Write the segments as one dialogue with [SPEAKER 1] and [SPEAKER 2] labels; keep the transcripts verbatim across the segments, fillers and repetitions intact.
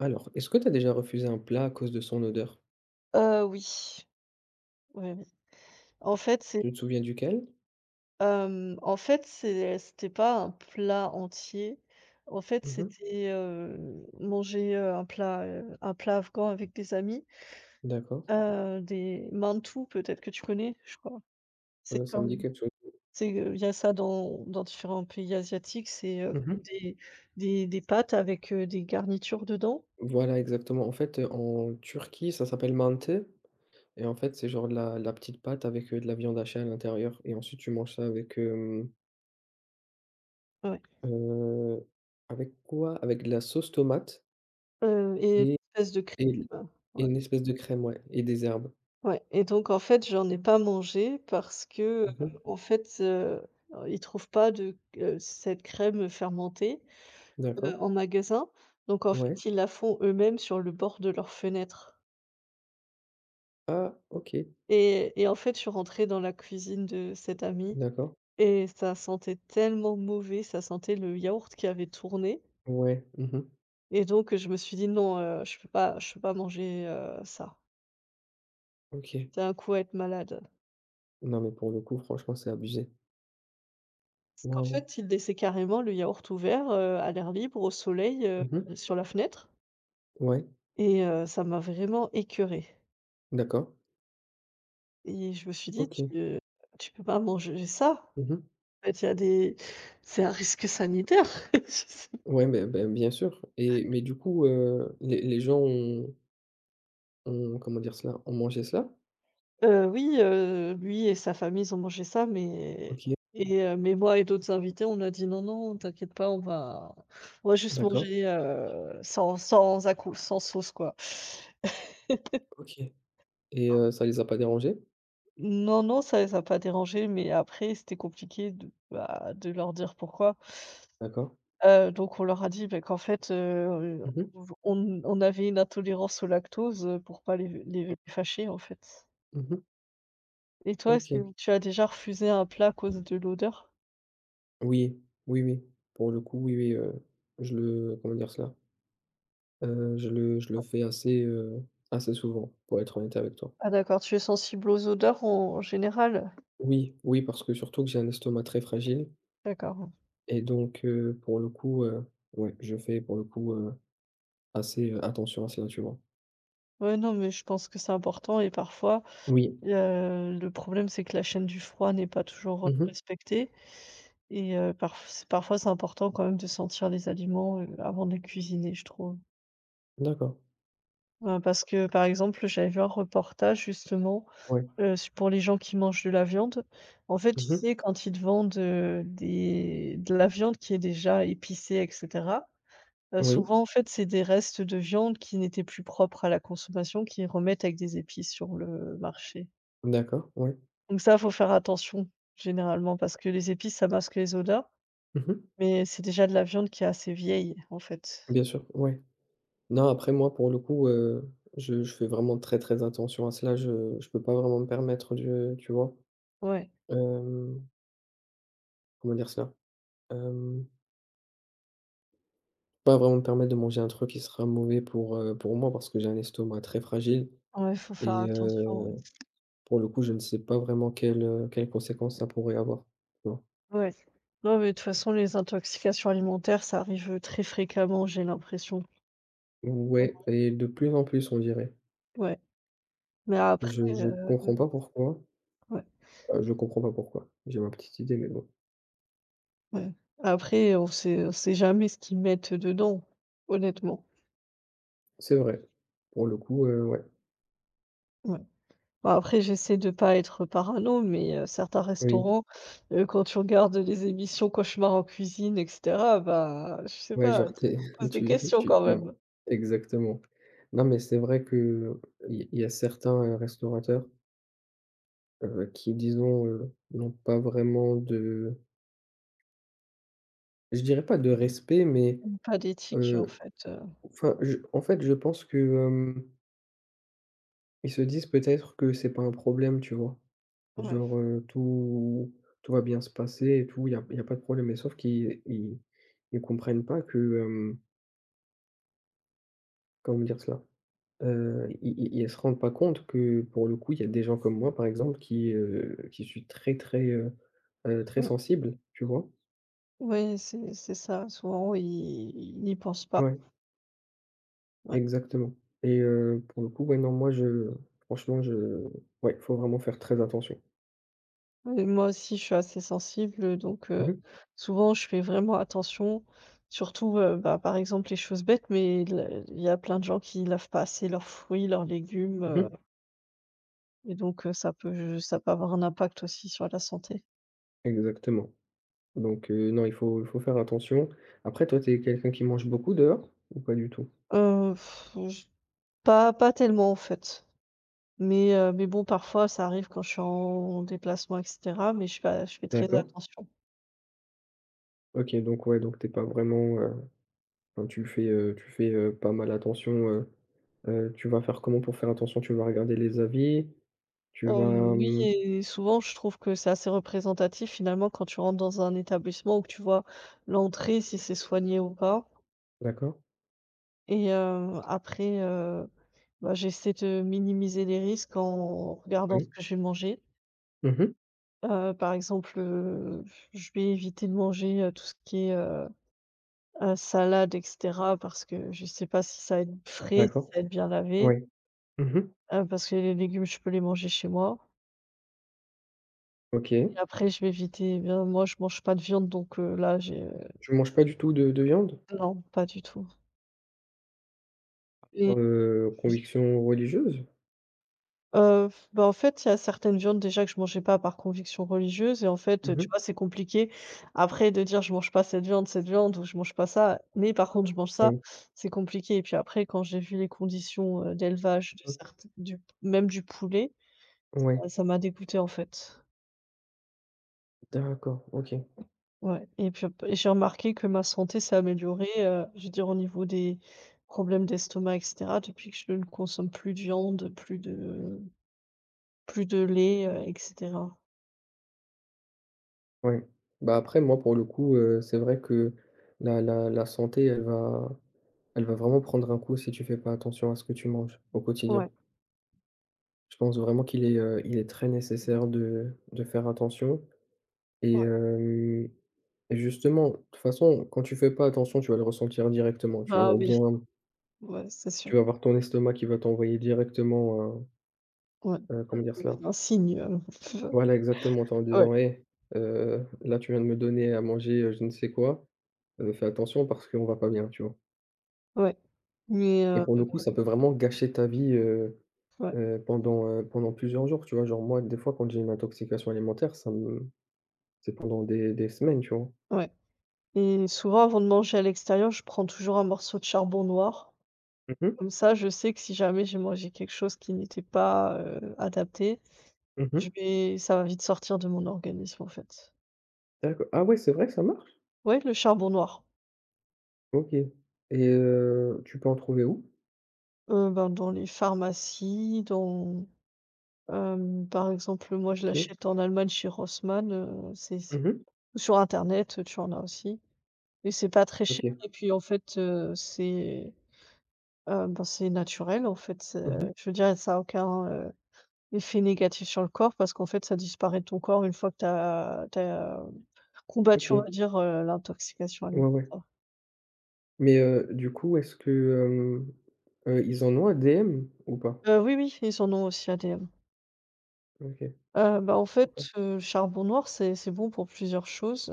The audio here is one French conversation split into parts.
[SPEAKER 1] Alors, est-ce que tu as déjà refusé un plat à cause de son odeur?
[SPEAKER 2] Heu, oui, oui, oui. En fait, c'est,
[SPEAKER 1] Tu te souviens duquel?
[SPEAKER 2] hem, en fait, c'est c'était pas un plat entier. En fait,
[SPEAKER 1] Mmh.
[SPEAKER 2] c'était, heu, manger, heu, un plat, heu, un plat afghan avec des amis,
[SPEAKER 1] D'accord,
[SPEAKER 2] heu, des mantous, peut-être que tu connais, je crois. C'est
[SPEAKER 1] heu, ça me dit
[SPEAKER 2] comme
[SPEAKER 1] quelque chose.
[SPEAKER 2] c'est, heu, il y a ça dans dans différents pays asiatiques, c'est, heu,
[SPEAKER 1] Mmh.
[SPEAKER 2] des des des pâtes avec, heu, des garnitures dedans.
[SPEAKER 1] Voilà, exactement. En fait, heu, en Turquie, ça s'appelle mante et en fait, c'est genre de la la petite pâte avec, heu, de la viande hachée à l'intérieur et ensuite tu manges ça avec, hem,
[SPEAKER 2] Ouais,
[SPEAKER 1] heu, avec quoi? Avec de la sauce tomate
[SPEAKER 2] heu et une
[SPEAKER 1] et
[SPEAKER 2] espèce de crème.
[SPEAKER 1] et
[SPEAKER 2] euh,
[SPEAKER 1] et
[SPEAKER 2] Ouais.
[SPEAKER 1] une espèce de crème, ouais, et des herbes.
[SPEAKER 2] Ouais et donc en fait, j'en ai pas mangé parce que, heu,
[SPEAKER 1] Mmh.
[SPEAKER 2] en fait, heu, oh, ils trouvent pas de heu, cette crème fermentée, heu,
[SPEAKER 1] D'accord.
[SPEAKER 2] en magasin. Donc en
[SPEAKER 1] Ouais.
[SPEAKER 2] fait, ils la font eux-mêmes sur le bord de leur fenêtre
[SPEAKER 1] Ah, OK.
[SPEAKER 2] et et en fait, je suis rentrée dans la cuisine de cette amie
[SPEAKER 1] D'accord.
[SPEAKER 2] et ça sentait tellement mauvais, ça sentait le yaourt qui avait tourné
[SPEAKER 1] Ouais. Mmh.
[SPEAKER 2] et donc je me suis dit: «Non, heu, je peux pas je peux pas manger, heu, ça.
[SPEAKER 1] OK.
[SPEAKER 2] C'est un coup à être malade».
[SPEAKER 1] Non, mais pour le coup, franchement, c'est abusé.
[SPEAKER 2] Parce qu'en
[SPEAKER 1] Waouh!
[SPEAKER 2] fait, il laissait carrément le yaourt ouvert, heu, à l'air libre, au soleil, heu,
[SPEAKER 1] Mmh mh.
[SPEAKER 2] sur la fenêtre
[SPEAKER 1] Ouais,
[SPEAKER 2] et heu, ça m'a vraiment écœurée
[SPEAKER 1] d'accord.
[SPEAKER 2] et je me suis dit: «Tu,
[SPEAKER 1] OK.
[SPEAKER 2] heu, tu peux pas manger ça!»
[SPEAKER 1] Mmh mh.
[SPEAKER 2] En fait, il y a des c'est un risque sanitaire. Je sais.
[SPEAKER 1] Ouais, ben, ben, bien sûr, et mais du coup, heu, les les gens ont ont comment dire cela? Ont mangé cela?
[SPEAKER 2] Heu, oui, heu, lui et sa famille, ils ont mangé ça, mais
[SPEAKER 1] OK,
[SPEAKER 2] et heu, mais moi et d'autres invités, on a dit: «Non, non, t'inquiète pas, on va on va juste
[SPEAKER 1] d'accord.
[SPEAKER 2] manger, heu, sans sans accou sans sauce, quoi».
[SPEAKER 1] OK, et heu, ça les a pas dérangés?
[SPEAKER 2] Non, non, ça les a pas dérangés, mais après, c'était compliqué de, bah, de leur dire pourquoi.
[SPEAKER 1] D'accord.
[SPEAKER 2] Heu, donc on leur a dit, bah, qu'en fait, heu,
[SPEAKER 1] Mmh mh.
[SPEAKER 2] on on avait une intolérance au lactose, heu, pour pas les les les fâcher, en fait.
[SPEAKER 1] Mmh mh.
[SPEAKER 2] Et toi, est-ce
[SPEAKER 1] OK.
[SPEAKER 2] que tu as déjà refusé un plat à cause de l'odeur?
[SPEAKER 1] Oui, oui, oui. Pour le coup, oui, oui, heu, je le comment dire cela? Heu, je le je le fais assez, heu, assez souvent, pour être honnête avec toi.
[SPEAKER 2] Ah d'accord, tu es sensible aux odeurs en en général?
[SPEAKER 1] Oui, oui, parce que surtout que j'ai un estomac très fragile.
[SPEAKER 2] D'accord.
[SPEAKER 1] Et donc heu, pour le coup, heu, ouais, je fais pour le coup, heu, assez, heu, attention à cela, tu vois?
[SPEAKER 2] Ouais, non, mais je pense que c'est important et parfois.
[SPEAKER 1] Oui.
[SPEAKER 2] Et heu, le problème, c'est que la chaîne du froid n'est pas toujours, heu,
[SPEAKER 1] Mmh.
[SPEAKER 2] respectée et heu, parf c'est- parfois, c'est important quand même de sentir les aliments, heu, avant de les cuisiner, je trouve.
[SPEAKER 1] D'accord.
[SPEAKER 2] Heu, parce que, par exemple, j'avais vu un reportage justement,
[SPEAKER 1] Ouais.
[SPEAKER 2] heu, su pour les gens qui mangent de la viande. En fait, tu
[SPEAKER 1] Mmh.
[SPEAKER 2] sais, quand ils te vendent, heu, des de la viande qui est déjà épicée et cetera, heu,
[SPEAKER 1] Oui.
[SPEAKER 2] souvent, en fait, c'est des restes de viande qui n'étaient plus propres à la consommation, qui remettent avec des épices sur le marché.
[SPEAKER 1] D'accord, ouais.
[SPEAKER 2] Donc ça, faut faire attention généralement parce que les épices, ça masque les odeurs,
[SPEAKER 1] Mmh.
[SPEAKER 2] mais c'est déjà de la viande qui est assez vieille, en fait.
[SPEAKER 1] Bien sûr, ouais. Non, après moi, pour le coup, heu, je je fais vraiment très, très attention à cela. Je je peux pas vraiment me permettre de, tu vois?
[SPEAKER 2] Ouais,
[SPEAKER 1] Hem, Comment dire cela? Hem, Pas vraiment me permettre de manger un truc qui sera mauvais pour, heu, pour moi, parce que j'ai un estomac très fragile
[SPEAKER 2] ouais, faut faire
[SPEAKER 1] et
[SPEAKER 2] attention, ouais.
[SPEAKER 1] heu pour le coup, je ne sais pas vraiment quelles, heu, quelles conséquences ça pourrait avoir, tu vois?
[SPEAKER 2] Ouais. Non, mais de toute façon, les intoxications alimentaires, ça arrive, très fréquemment, j'ai l'impression. Mmh.
[SPEAKER 1] Ouais, et de plus en plus, on dirait.
[SPEAKER 2] Ouais, mais après,
[SPEAKER 1] Je je
[SPEAKER 2] heu,
[SPEAKER 1] comprends pas pourquoi,
[SPEAKER 2] ouais,
[SPEAKER 1] heu, je comprends pas pourquoi. J'ai ma petite idée, mais bon,
[SPEAKER 2] ouais. Après, on sait on sait jamais ce qu'ils mettent dedans, honnêtement.
[SPEAKER 1] c'est vrai. Pour le coup, heu, ouais.
[SPEAKER 2] Ouais. Bah, après, j'essaie de pas être parano, mais heu, certains
[SPEAKER 1] Oui,
[SPEAKER 2] restaurants, heu, quand tu regardes les émissions Cauchemar en cuisine et cetera, bah, je sais
[SPEAKER 1] ouais,
[SPEAKER 2] pas, tu
[SPEAKER 1] genre tu es
[SPEAKER 2] te poses des
[SPEAKER 1] tu
[SPEAKER 2] questions
[SPEAKER 1] tu
[SPEAKER 2] quand
[SPEAKER 1] tu
[SPEAKER 2] même.
[SPEAKER 1] exactement. Non, mais c'est vrai qu'il y il y a certains, heu, restaurateurs, heu, qui, disons, heu, n'ont pas vraiment de, je dirais pas, de respect, mais,
[SPEAKER 2] Mmh, pas d'éthique, en
[SPEAKER 1] heu,
[SPEAKER 2] fait, heu,
[SPEAKER 1] enfin, je en fait, je pense que. Hem Ils se disent peut-être que c'est pas un problème, tu vois?
[SPEAKER 2] ouais,
[SPEAKER 1] Genre, heu, tout tout va bien se passer et tout, il y a y a pas de problème, mais sauf qu'ils ils ils comprennent pas que, hem, comment dire cela? Heu, i i Ils se rendent pas compte que, pour le coup, il y a des gens comme moi, par exemple, qui, heu, qui suis très, très, heu heu, très
[SPEAKER 2] ouais,
[SPEAKER 1] sensible, tu vois?
[SPEAKER 2] ouais, c'est c'est ça, souvent ils ils n'y pensent pas,
[SPEAKER 1] Ouais,
[SPEAKER 2] ouais.
[SPEAKER 1] exactement, et heu, pour le coup, ouais, non, moi, je franchement, je ouais, faut vraiment faire très attention.
[SPEAKER 2] Et moi aussi, je suis assez sensible, donc heu,
[SPEAKER 1] Mhm
[SPEAKER 2] souvent je fais vraiment attention, surtout, heu, bah, par exemple, les choses bêtes, mais la il y a plein de gens qui lavent pas assez leurs fruits, leurs légumes. heu
[SPEAKER 1] mhm.
[SPEAKER 2] Et donc heu, ça peut ça peut avoir un impact aussi sur la santé.
[SPEAKER 1] Exactement. Donc heu, non, il faut il faut faire attention. Après, toi, tu es quelqu'un qui mange beaucoup dehors ou pas du tout?
[SPEAKER 2] Heu, j pas pas tellement en fait, mais heu, mais bon parfois ça arrive quand je suis en déplacement et cetera, mais je fais je fais très
[SPEAKER 1] D'accord.
[SPEAKER 2] attention.
[SPEAKER 1] OK, donc ouais, donc tu es pas vraiment, heu, enfin, tu fais, heu, tu fais, heu, pas mal attention, heu heu, tu vas faire comment pour faire attention? Tu vas regarder les avis? Tu vas,
[SPEAKER 2] Hem, oui
[SPEAKER 1] mmh,
[SPEAKER 2] et souvent je trouve que c'est assez représentatif finalement quand tu rentres dans un établissement où tu vois l'entrée si c'est soigné ou pas
[SPEAKER 1] d'accord,
[SPEAKER 2] et heu, après, heu, bah, j'essaie de minimiser les risques en regardant ce
[SPEAKER 1] oui.
[SPEAKER 2] que je vais manger.
[SPEAKER 1] Mmh mh.
[SPEAKER 2] Heu, par exemple, heu, je vais éviter de manger, heu, tout ce qui est, heu heu, salade et cetera parce que je sais pas si ça va être frais, si ça
[SPEAKER 1] D'accord.
[SPEAKER 2] va être bien lavé,
[SPEAKER 1] Ouais. Mmh mh.
[SPEAKER 2] heu, parce que les légumes, je peux les manger chez moi
[SPEAKER 1] OK.
[SPEAKER 2] et après je vais éviter eh bien moi, je mange pas de viande donc heu, là j'ai, heu
[SPEAKER 1] Tu manges pas du tout de de viande?
[SPEAKER 2] non, pas du tout et
[SPEAKER 1] Heu, conviction religieuse?
[SPEAKER 2] Heu, f bah, en fait, il y a certaines viandes déjà que je mangeais pas par conviction religieuse et en fait,
[SPEAKER 1] Mmh
[SPEAKER 2] tu vois,
[SPEAKER 1] mh.
[SPEAKER 2] c'est compliqué après de dire: «Je mange pas cette viande, cette viande» ou «Je mange pas ça, mais par contre je mange ça»,
[SPEAKER 1] Oui.
[SPEAKER 2] c'est compliqué et puis après quand j'ai vu les conditions, heu, d'élevage de
[SPEAKER 1] Mmh.
[SPEAKER 2] certes du même du poulet,
[SPEAKER 1] Ouais.
[SPEAKER 2] heu, ça m'a dégoûté en fait.
[SPEAKER 1] D'accord, OK.
[SPEAKER 2] Ouais et puis p et j'ai remarqué que ma santé s'est améliorée, heu, je veux dire au niveau des problèmes d'estomac et cetera depuis que je ne consomme plus de viande, plus de plus de lait, heu et cetera.
[SPEAKER 1] Oui. Bah, après moi, pour le coup, heu, c'est vrai que la la la santé, elle va elle va vraiment prendre un coup si tu fais pas attention à ce que tu manges au quotidien.
[SPEAKER 2] Ouais,
[SPEAKER 1] Je pense vraiment qu'il est, heu, il est très nécessaire de de faire attention et
[SPEAKER 2] ouais.
[SPEAKER 1] hem et justement, de toute façon, quand tu fais pas attention, tu vas le ressentir directement, tu
[SPEAKER 2] Bah,
[SPEAKER 1] vas
[SPEAKER 2] oui.
[SPEAKER 1] bien,
[SPEAKER 2] Ouais, c'est sûr.
[SPEAKER 1] tu vas avoir ton estomac qui va t'envoyer directement, heu
[SPEAKER 2] Ouais.
[SPEAKER 1] heu, comment dire cela?
[SPEAKER 2] C'est un signe, heu,
[SPEAKER 1] Voilà, exactement, tu en
[SPEAKER 2] Ouais.
[SPEAKER 1] disant: «Hé, heu, là, tu viens de me donner à manger, heu, je ne sais quoi, heu, fais attention parce qu'on va pas bien», tu vois?
[SPEAKER 2] Ouais, mais
[SPEAKER 1] Et
[SPEAKER 2] heu,
[SPEAKER 1] pour le coup, ça peut vraiment gâcher ta vie, heu
[SPEAKER 2] ouais,
[SPEAKER 1] heu, pendant, heu, pendant plusieurs jours, tu vois? Genre moi, des fois, quand j'ai une intoxication alimentaire, ça me c'est pendant des des semaines, tu vois?
[SPEAKER 2] ouais et souvent, avant de manger à l'extérieur, je prends toujours un morceau de charbon noir.
[SPEAKER 1] Mmh mh.
[SPEAKER 2] Comme ça, je sais que si jamais j'ai mangé quelque chose qui n'était pas, heu, adapté, je
[SPEAKER 1] Mmh.
[SPEAKER 2] vais ça va vite sortir de mon organisme, en fait.
[SPEAKER 1] Ah ouais, c'est vrai, ça marche?
[SPEAKER 2] Ouais, le charbon noir,
[SPEAKER 1] OK, et heu, tu peux en trouver où?
[SPEAKER 2] heu, ben, dans les pharmacies, dans, hem, par exemple, moi, je
[SPEAKER 1] OK.
[SPEAKER 2] l'achète en Allemagne chez Rossmann, heu, c'est
[SPEAKER 1] Mmh.
[SPEAKER 2] sur internet, tu en as aussi. Et c'est pas très cher
[SPEAKER 1] OK.
[SPEAKER 2] et puis, en fait, heu, c'est, heu, ben, c'est naturel, en fait, c'est
[SPEAKER 1] Mmh.
[SPEAKER 2] je veux dire, ça a aucun, heu, effet négatif sur le corps parce qu'en fait, ça disparaît de ton corps une fois que tu as combattu, on va
[SPEAKER 1] OK.
[SPEAKER 2] dire, heu, l'intoxication
[SPEAKER 1] Ouais, ouais.
[SPEAKER 2] alimentaire.
[SPEAKER 1] Mais heu, du coup, est-ce que, hem, heu, ils en ont un D M ou pas?
[SPEAKER 2] Heu, oui, oui, ils en ont aussi à D M.
[SPEAKER 1] OK,
[SPEAKER 2] Heu, bah, en
[SPEAKER 1] d'accord.
[SPEAKER 2] fait, heu, le charbon noir, c'est c'est bon pour plusieurs choses.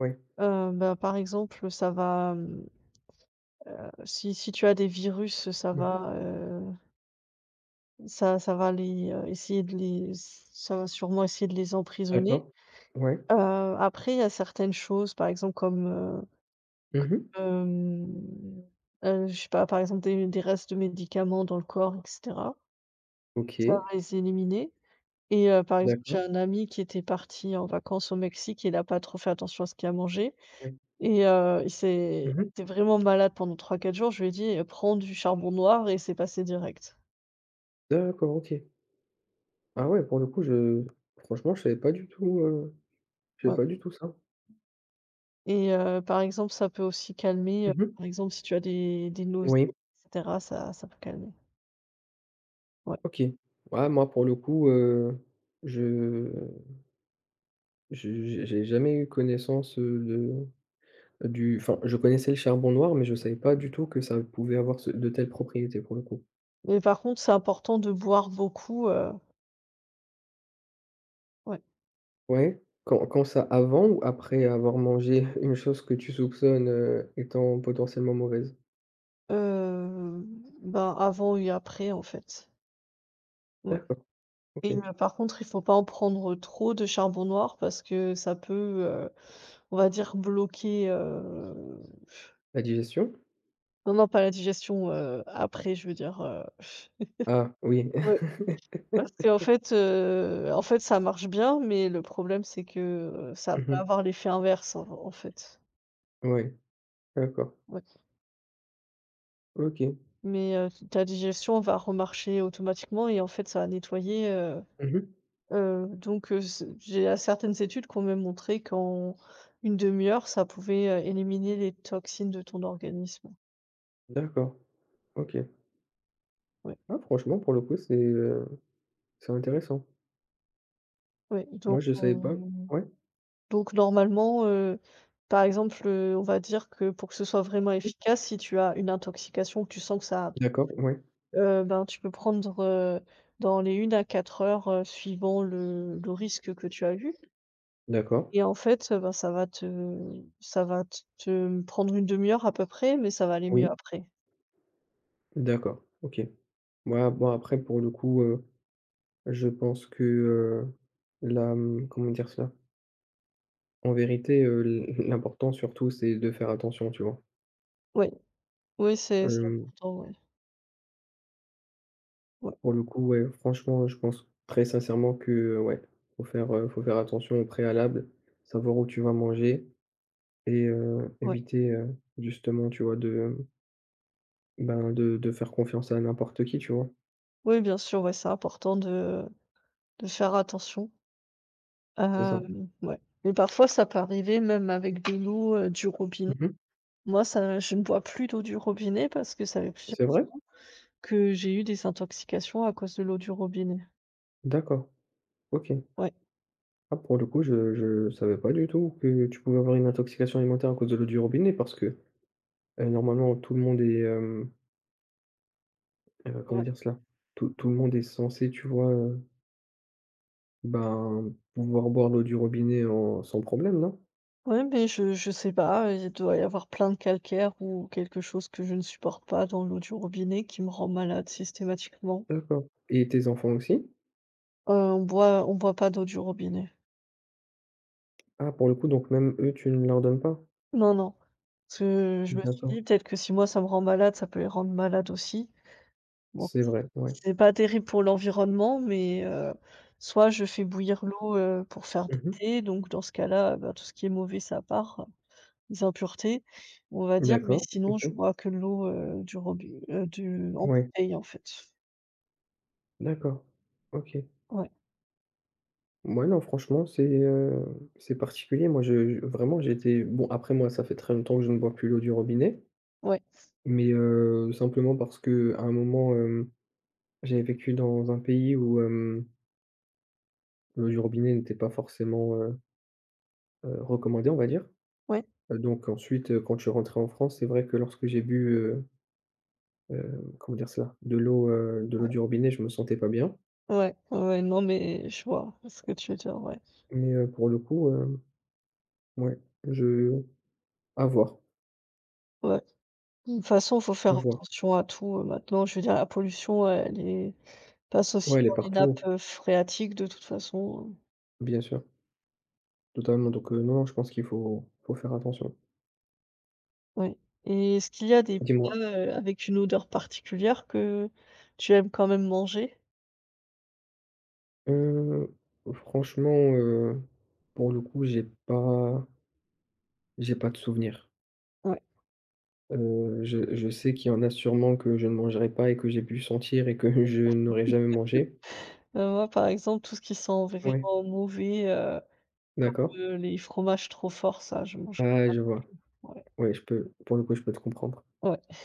[SPEAKER 1] Ouais.
[SPEAKER 2] Heu, bah, par exemple, ça va, hem, si si tu as des virus, ça
[SPEAKER 1] Mmh mh.
[SPEAKER 2] va, Ça ça va les, heu, essayer de les ça va sûrement essayer de les emprisonner.
[SPEAKER 1] D'accord. Ouais.
[SPEAKER 2] Heu, Après, il y a certaines choses, par exemple, comme, heu,
[SPEAKER 1] Mmh mh.
[SPEAKER 2] hem, heu, je sais pas, par exemple, des des restes de médicaments dans le corps et cetera. Ça va
[SPEAKER 1] OK,
[SPEAKER 2] les éliminer et heu, par exemple, j'ai
[SPEAKER 1] d'accord.
[SPEAKER 2] un ami qui était parti en vacances au Mexique et il a pas trop fait attention à ce qu'il a mangé
[SPEAKER 1] Ouais.
[SPEAKER 2] et heu, il s'est
[SPEAKER 1] Mmh
[SPEAKER 2] il
[SPEAKER 1] mh.
[SPEAKER 2] était vraiment malade pendant trois quatre jours. Je lui ai dit: «Prends du charbon noir» et c'est passé direct.
[SPEAKER 1] D'accord, OK.
[SPEAKER 2] Ouais.
[SPEAKER 1] Ah ouais, pour le coup, je franchement, je savais pas du tout, heu, je savais
[SPEAKER 2] Ouais.
[SPEAKER 1] pas du tout ça.
[SPEAKER 2] Et heu, par exemple, ça peut aussi calmer, heu,
[SPEAKER 1] Mmh mh.
[SPEAKER 2] par exemple, si tu as des des nausées et
[SPEAKER 1] Oui,
[SPEAKER 2] cetera, ça ça peut calmer, ouais.
[SPEAKER 1] OK. Ouais, moi, pour le coup, heu, je je j'ai j'ai jamais eu connaissance, heu, de du enfin, je connaissais le charbon noir, mais je savais pas du tout que ça pouvait avoir ce de telles propriétés, pour le coup.
[SPEAKER 2] Mais par contre, c'est important de boire beaucoup, heu, ouais,
[SPEAKER 1] Ouais, quand quand ça avant ou après avoir mangé une chose que tu soupçonnes, heu, étant potentiellement mauvaise?
[SPEAKER 2] heu, ben, avant et après, en fait, ouais.
[SPEAKER 1] D'accord,
[SPEAKER 2] Et
[SPEAKER 1] OK.
[SPEAKER 2] heu, par contre, il faut pas en prendre trop de charbon noir parce que ça peut, heu, on va dire bloquer, heu
[SPEAKER 1] La digestion?
[SPEAKER 2] non, non, pas la digestion, heu, après, je veux dire, heu,
[SPEAKER 1] Ah oui.
[SPEAKER 2] ouais. Parce qu'en fait, heu, en fait, ça marche bien, mais le problème, c'est que, heu, ça peut
[SPEAKER 1] Mmh.
[SPEAKER 2] avoir l'effet inverse, en en fait.
[SPEAKER 1] Ouais, d'accord.
[SPEAKER 2] Ouais,
[SPEAKER 1] OK.
[SPEAKER 2] mais, heu, ta digestion va remarcher automatiquement et en fait, ça va nettoyer. Heu
[SPEAKER 1] Mmh.
[SPEAKER 2] heu, donc, heu, ce j'ai, heu, certaines études qui ont même montré qu'en une demi heure, ça pouvait, heu, éliminer les toxines de ton organisme.
[SPEAKER 1] D'accord, OK.
[SPEAKER 2] Ouais,
[SPEAKER 1] Ah, franchement, pour le coup, c'est, heu, c'est intéressant.
[SPEAKER 2] ouais, donc
[SPEAKER 1] Moi, je savais pas.
[SPEAKER 2] on
[SPEAKER 1] Ouais?
[SPEAKER 2] donc normalement, heu, par exemple, heu, on va dire que pour que ce soit vraiment
[SPEAKER 1] Mmh.
[SPEAKER 2] efficace, si tu as une intoxication, que tu sens que ça.
[SPEAKER 1] D'accord, ouais.
[SPEAKER 2] Heu, ben, tu peux prendre, heu, dans les une à quatre heures, heu, suivant le le risque que tu as eu
[SPEAKER 1] D'accord.
[SPEAKER 2] et en fait, heu, ben, ça va te ça va te te prendre une demi heure à peu près, mais ça va aller mieux
[SPEAKER 1] Oui.
[SPEAKER 2] après.
[SPEAKER 1] D'accord, OK. Moi, bon, après pour le coup, heu, je pense que, heu, la, mmh, comment dire cela? En vérité, heu, l l'important surtout, c'est de faire attention, tu vois?
[SPEAKER 2] Oui, oui, c'est c'est
[SPEAKER 1] Hem,
[SPEAKER 2] important, ouais. Ouais,
[SPEAKER 1] pour le coup, ouais, franchement, je pense très sincèrement que, heu, ouais, faut faire, heu, faut faire attention au préalable, savoir où tu vas manger et heu,
[SPEAKER 2] ouais.
[SPEAKER 1] éviter, heu, justement, tu vois, de, hem, ben, de de faire confiance à n'importe qui, tu vois?
[SPEAKER 2] Oui, bien sûr, ouais, c'est important de de faire attention.
[SPEAKER 1] C'est ça.
[SPEAKER 2] Hem, ouais mais parfois ça peut arriver même avec de l'eau, heu, du robinet.
[SPEAKER 1] Mmh mh.
[SPEAKER 2] Moi, ça je ne bois plus d'eau du robinet parce que ça fait plusieurs
[SPEAKER 1] C'est vrai?
[SPEAKER 2] fois que j'ai eu des intoxications à cause de l'eau du robinet.
[SPEAKER 1] D'accord, OK.
[SPEAKER 2] Ouais.
[SPEAKER 1] Ah, pour le coup, je je savais pas du tout que tu pouvais avoir une intoxication alimentaire à cause de l'eau du robinet parce que, heu, normalement, tout le monde est. hem Heu, comment
[SPEAKER 2] Ouais.
[SPEAKER 1] dire cela? Tout tout le monde est censé, tu vois, heu, ben, pouvoir boire l'eau du robinet en sans problème, non?
[SPEAKER 2] Ouais, mais je je sais pas, il doit y avoir plein de calcaire ou quelque chose que je ne supporte pas dans l'eau du robinet qui me rend malade systématiquement.
[SPEAKER 1] D'accord, et tes enfants aussi?
[SPEAKER 2] Heu, on boit on boit pas d'eau du robinet.
[SPEAKER 1] Ah, pour le coup, donc même eux, tu ne leur donnes pas?
[SPEAKER 2] Non, non. Parce que je me suis
[SPEAKER 1] D'accord,
[SPEAKER 2] dit: «Peut-être que si moi ça me rend malade, ça peut les rendre malades aussi». Bon,
[SPEAKER 1] c'est vrai, ouais.
[SPEAKER 2] c'est pas terrible pour l'environnement, mais heu, soit je fais bouillir l'eau, heu, pour faire du
[SPEAKER 1] Mmh.
[SPEAKER 2] thé, donc dans ce cas-là, bah, tout ce qui est mauvais ça part. Des impuretés, on va dire, mais
[SPEAKER 1] D'accord,
[SPEAKER 2] sinon je
[SPEAKER 1] OK.
[SPEAKER 2] bois que de l'eau, heu, du robinet, heu, du en
[SPEAKER 1] Ouais,
[SPEAKER 2] bouteille en fait.
[SPEAKER 1] d'accord. OK.
[SPEAKER 2] Ouais,
[SPEAKER 1] Mouais, non, franchement, c'est, heu, c'est particulier. Moi, je je vraiment, j'étais bon, après moi, ça fait très longtemps que je ne bois plus l'eau du robinet,
[SPEAKER 2] ouais,
[SPEAKER 1] mais heu, simplement parce que à un moment, hem, j'avais vécu dans un pays où, euh, l'eau du robinet n'était pas forcément, heu heu, recommandée, on va dire.
[SPEAKER 2] ouais,
[SPEAKER 1] Heu, donc ensuite, heu, quand je suis rentré en France, c'est vrai que lorsque j'ai bu, heu heu, comment dire cela? De l'eau, heu, de l'eau du robinet, je me sentais pas bien.
[SPEAKER 2] ouais, ouais, non mais je vois ce que tu veux dire, ouais,
[SPEAKER 1] Mais, heu, pour le coup, hem, ouais, je à voir,
[SPEAKER 2] ouais. De toute façon, faut
[SPEAKER 1] à
[SPEAKER 2] faire
[SPEAKER 1] voir.
[SPEAKER 2] attention à tout, heu, maintenant, je veux dire la pollution, elle est passe aussi
[SPEAKER 1] Ouais, elle est
[SPEAKER 2] dans les nappes,
[SPEAKER 1] partout,
[SPEAKER 2] heu, phréatiques de toute façon,
[SPEAKER 1] bien sûr, totalement. Donc, heu, non, je pense qu'il faut faut faire attention.
[SPEAKER 2] heu, ouais. Et est-ce qu'il y a des plats,
[SPEAKER 1] Dis-moi,
[SPEAKER 2] heu, avec une odeur particulière que tu aimes quand même manger?
[SPEAKER 1] heu, franchement, heu, pour le coup, j'ai pas j'ai pas de souvenir.
[SPEAKER 2] Ouais.
[SPEAKER 1] Heu, je je sais qu'il y en a sûrement que je ne mangerai pas et que j'ai pu sentir et que je n'aurais jamais mangé.
[SPEAKER 2] Heu, moi par exemple, tout ce qui sent
[SPEAKER 1] Ouais.
[SPEAKER 2] vraiment mauvais, heu comme,
[SPEAKER 1] D'accord.
[SPEAKER 2] heu, les fromages trop forts, ça je mangerai
[SPEAKER 1] Ah, je vois.
[SPEAKER 2] plus. Ouais,
[SPEAKER 1] Ouais, je peux pour le coup, je peux te comprendre.
[SPEAKER 2] ouais.